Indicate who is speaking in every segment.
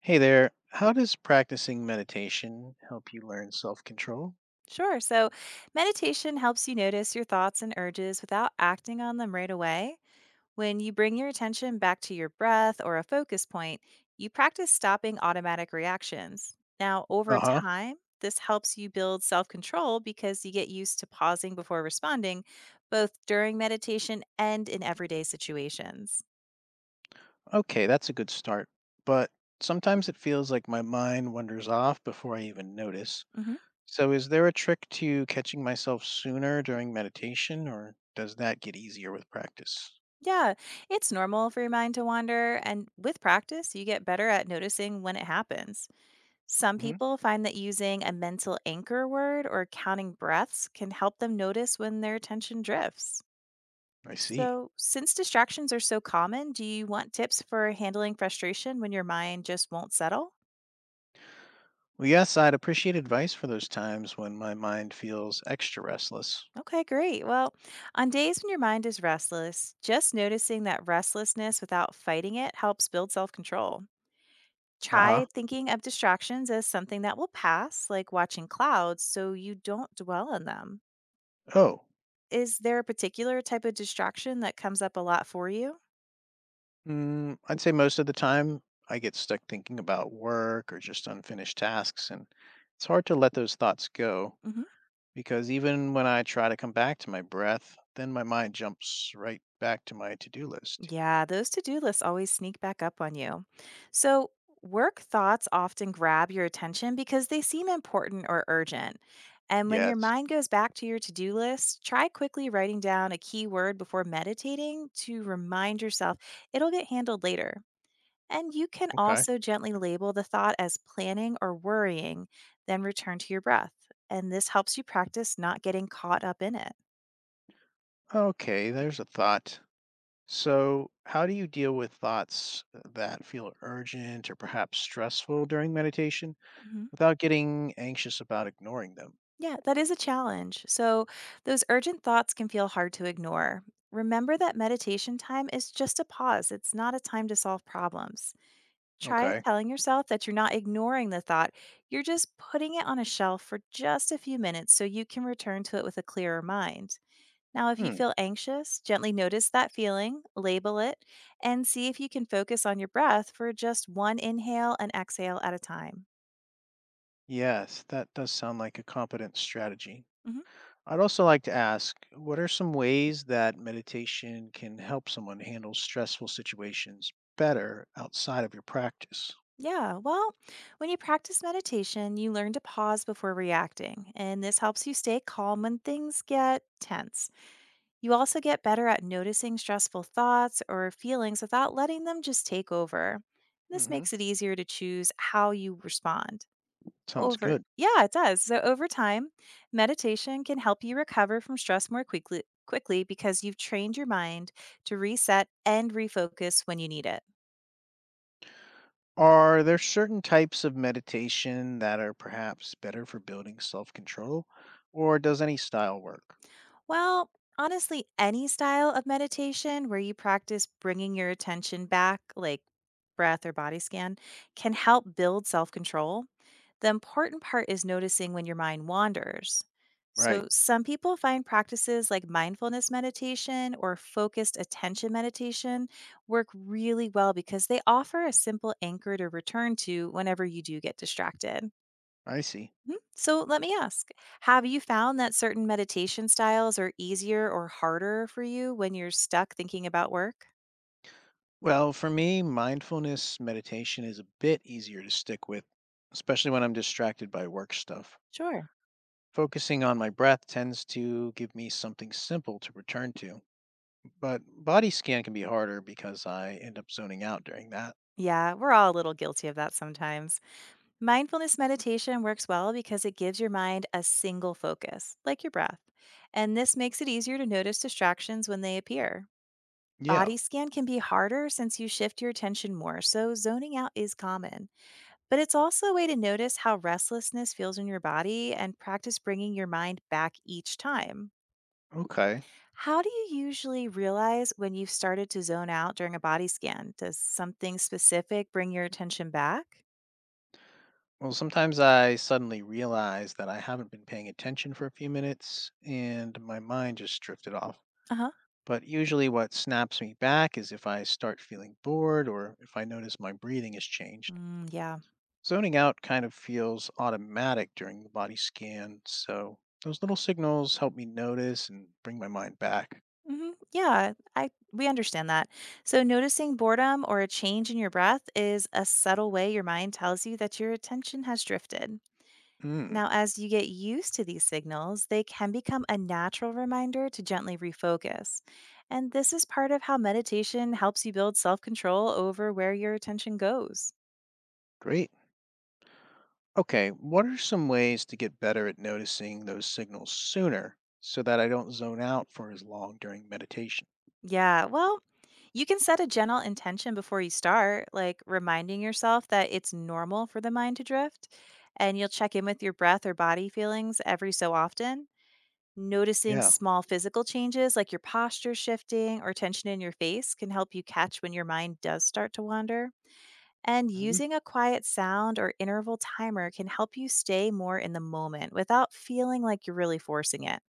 Speaker 1: Hey there. How does practicing meditation help you learn self control?
Speaker 2: Sure. So, meditation helps you notice your thoughts and urges without acting on them right away. When you bring your attention back to your breath or a focus point, you practice stopping automatic reactions. Now, over
Speaker 1: Uh huh.
Speaker 2: time, this helps you build self control because you get used to pausing before responding, both during meditation and in everyday situations.
Speaker 1: Okay, that's a good start. But sometimes it feels like my mind wanders off before I even notice.
Speaker 2: hmm
Speaker 1: So, is there a trick to catching myself sooner during meditation, or does that get easier with practice?
Speaker 2: Yeah, it's normal for your mind to wander, and with practice, you get better at noticing when it happens. Some
Speaker 1: Hmm.
Speaker 2: people find that using a mental anchor word or counting breaths can help them notice when their attention drifts.
Speaker 1: I see.
Speaker 2: So, since distractions are so common, do you want tips for handling frustration when your mind just won't settle?
Speaker 1: Well, yes, I'd appreciate advice for those times when my mind feels extra restless.
Speaker 2: Okay, great. Well, on days when your mind is restless, just noticing that restlessness without fighting it helps build self control.
Speaker 1: Uh
Speaker 2: Try
Speaker 1: huh.
Speaker 2: thinking of distractions as something that will pass, like watching clouds, so you don't dwell on them.
Speaker 1: Oh,
Speaker 2: Is there a particular type of distraction that comes up a lot for you?
Speaker 1: I'd say most of the time I get stuck thinking about work or just unfinished tasks, and it's hard to let those thoughts go
Speaker 2: Mhm.
Speaker 1: because even when I try to come back to my breath, then my mind jumps right back to my to do list.
Speaker 2: Yeah, those to-do lists always sneak back up on you. So, work thoughts often grab your attention because they seem important or urgent. And when your
Speaker 1: Yes.
Speaker 2: mind goes back to your to-do list, try quickly writing down a key word before meditating to remind yourself it'll get handled later. And you can
Speaker 1: Okay.
Speaker 2: also gently label the thought as planning or worrying, then return to your breath. And this helps you practice not getting caught up in it.
Speaker 1: Okay. There's a thought. So, how do you deal with thoughts that feel urgent or perhaps stressful during meditation
Speaker 2: Mhm.
Speaker 1: without getting anxious about ignoring them?
Speaker 2: Yeah, that is a challenge. So, those urgent thoughts can feel hard to ignore. Remember that meditation time is just a pause, it's not a time to solve problems. Try
Speaker 1: Okay.
Speaker 2: telling yourself that you're not ignoring the thought, you're just putting it on a shelf for just a few minutes so you can return to it with a clearer mind. Now, if you
Speaker 1: Hmm.
Speaker 2: feel anxious, gently notice that feeling, label it, and see if you can focus on your breath for just one inhale and exhale at a time.
Speaker 1: Yes, that does sound like a competent strategy.
Speaker 2: Mhm.
Speaker 1: I'd also like to ask, what are some ways that meditation can help someone handle stressful situations better outside of your practice?
Speaker 2: Yeah, well, when you practice meditation, you learn to pause before reacting, and this helps you stay calm when things get tense. You also get better at noticing stressful thoughts or feelings without letting them just take over. This
Speaker 1: Hmm.
Speaker 2: makes it easier to choose how you respond.
Speaker 1: Sounds
Speaker 2: Over,
Speaker 1: good.
Speaker 2: yeah, it does. So over time, meditation can help you recover from stress more quickly because you've trained your mind to reset and refocus when you need it.
Speaker 1: Are there certain types of meditation that are perhaps better for building self control, or does any style work?
Speaker 2: Well, honestly, any style of meditation where you practice bringing your attention back, like breath or body scan, can help build self control. The important part is noticing when your mind wanders.
Speaker 1: Right,
Speaker 2: So, some people find practices like mindfulness meditation or focused attention meditation work really well because they offer a simple anchor to return to whenever you do get distracted.
Speaker 1: I see.
Speaker 2: Mhm. So let me ask, have you found that certain meditation styles are easier or harder for you when you're stuck thinking about work?
Speaker 1: Well, for me, mindfulness meditation is a bit easier to stick with, especially when I'm distracted by work stuff.
Speaker 2: Sure.
Speaker 1: Focusing on my breath tends to give me something simple to return to. But body scan can be harder because I end up zoning out during that.
Speaker 2: Yeah, we're all a little guilty of that sometimes. Mindfulness meditation works well because it gives your mind a single focus, like your breath. And this makes it easier to notice distractions when they appear.
Speaker 1: Yeah.
Speaker 2: Body scan can be harder since you shift your attention more, so zoning out is common. But it's also a way to notice how restlessness feels in your body and practice bringing your mind back each time.
Speaker 1: Okay.
Speaker 2: How do you usually realize when you've started to zone out during a body scan? Does something specific bring your attention back?
Speaker 1: Well, sometimes I suddenly realize that I haven't been paying attention for a few minutes and my mind just drifted off.
Speaker 2: Uh huh.
Speaker 1: But usually, what snaps me back is if I start feeling bored or if I notice my breathing has changed.
Speaker 2: Mm, yeah.
Speaker 1: Zoning out kind of feels automatic during the body scan, so those little signals help me notice and bring my mind back.
Speaker 2: Yeah, I we understand that. So noticing boredom or a change in your breath is a subtle way your mind tells you that your attention has drifted.
Speaker 1: Mm,
Speaker 2: Now, as you get used to these signals, they can become a natural reminder to gently refocus. And this is part of how meditation helps you build self control over where your attention goes.
Speaker 1: great. Okay, what are some ways to get better at noticing those signals sooner so that I don't zone out for as long during meditation?
Speaker 2: Yeah, well, you can set a gentle intention before you start, like reminding yourself that it's normal for the mind to drift. And you'll check in with your breath or body feelings every so often. Noticing
Speaker 1: Yeah.
Speaker 2: small physical changes like your posture shifting or tension in your face can help you catch when your mind does start to wander. And
Speaker 1: Mhm.
Speaker 2: using a quiet sound or interval timer can help you stay more in the moment without feeling like you're really forcing it.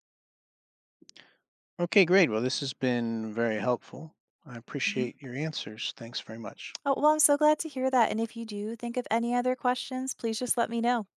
Speaker 1: Okay, great. Well, this has been very helpful. I
Speaker 2: hmm
Speaker 1: appreciate your answers. Thanks very much.
Speaker 2: Oh, well, I'm so glad to hear that. And if you do think of any other questions, please just let me know.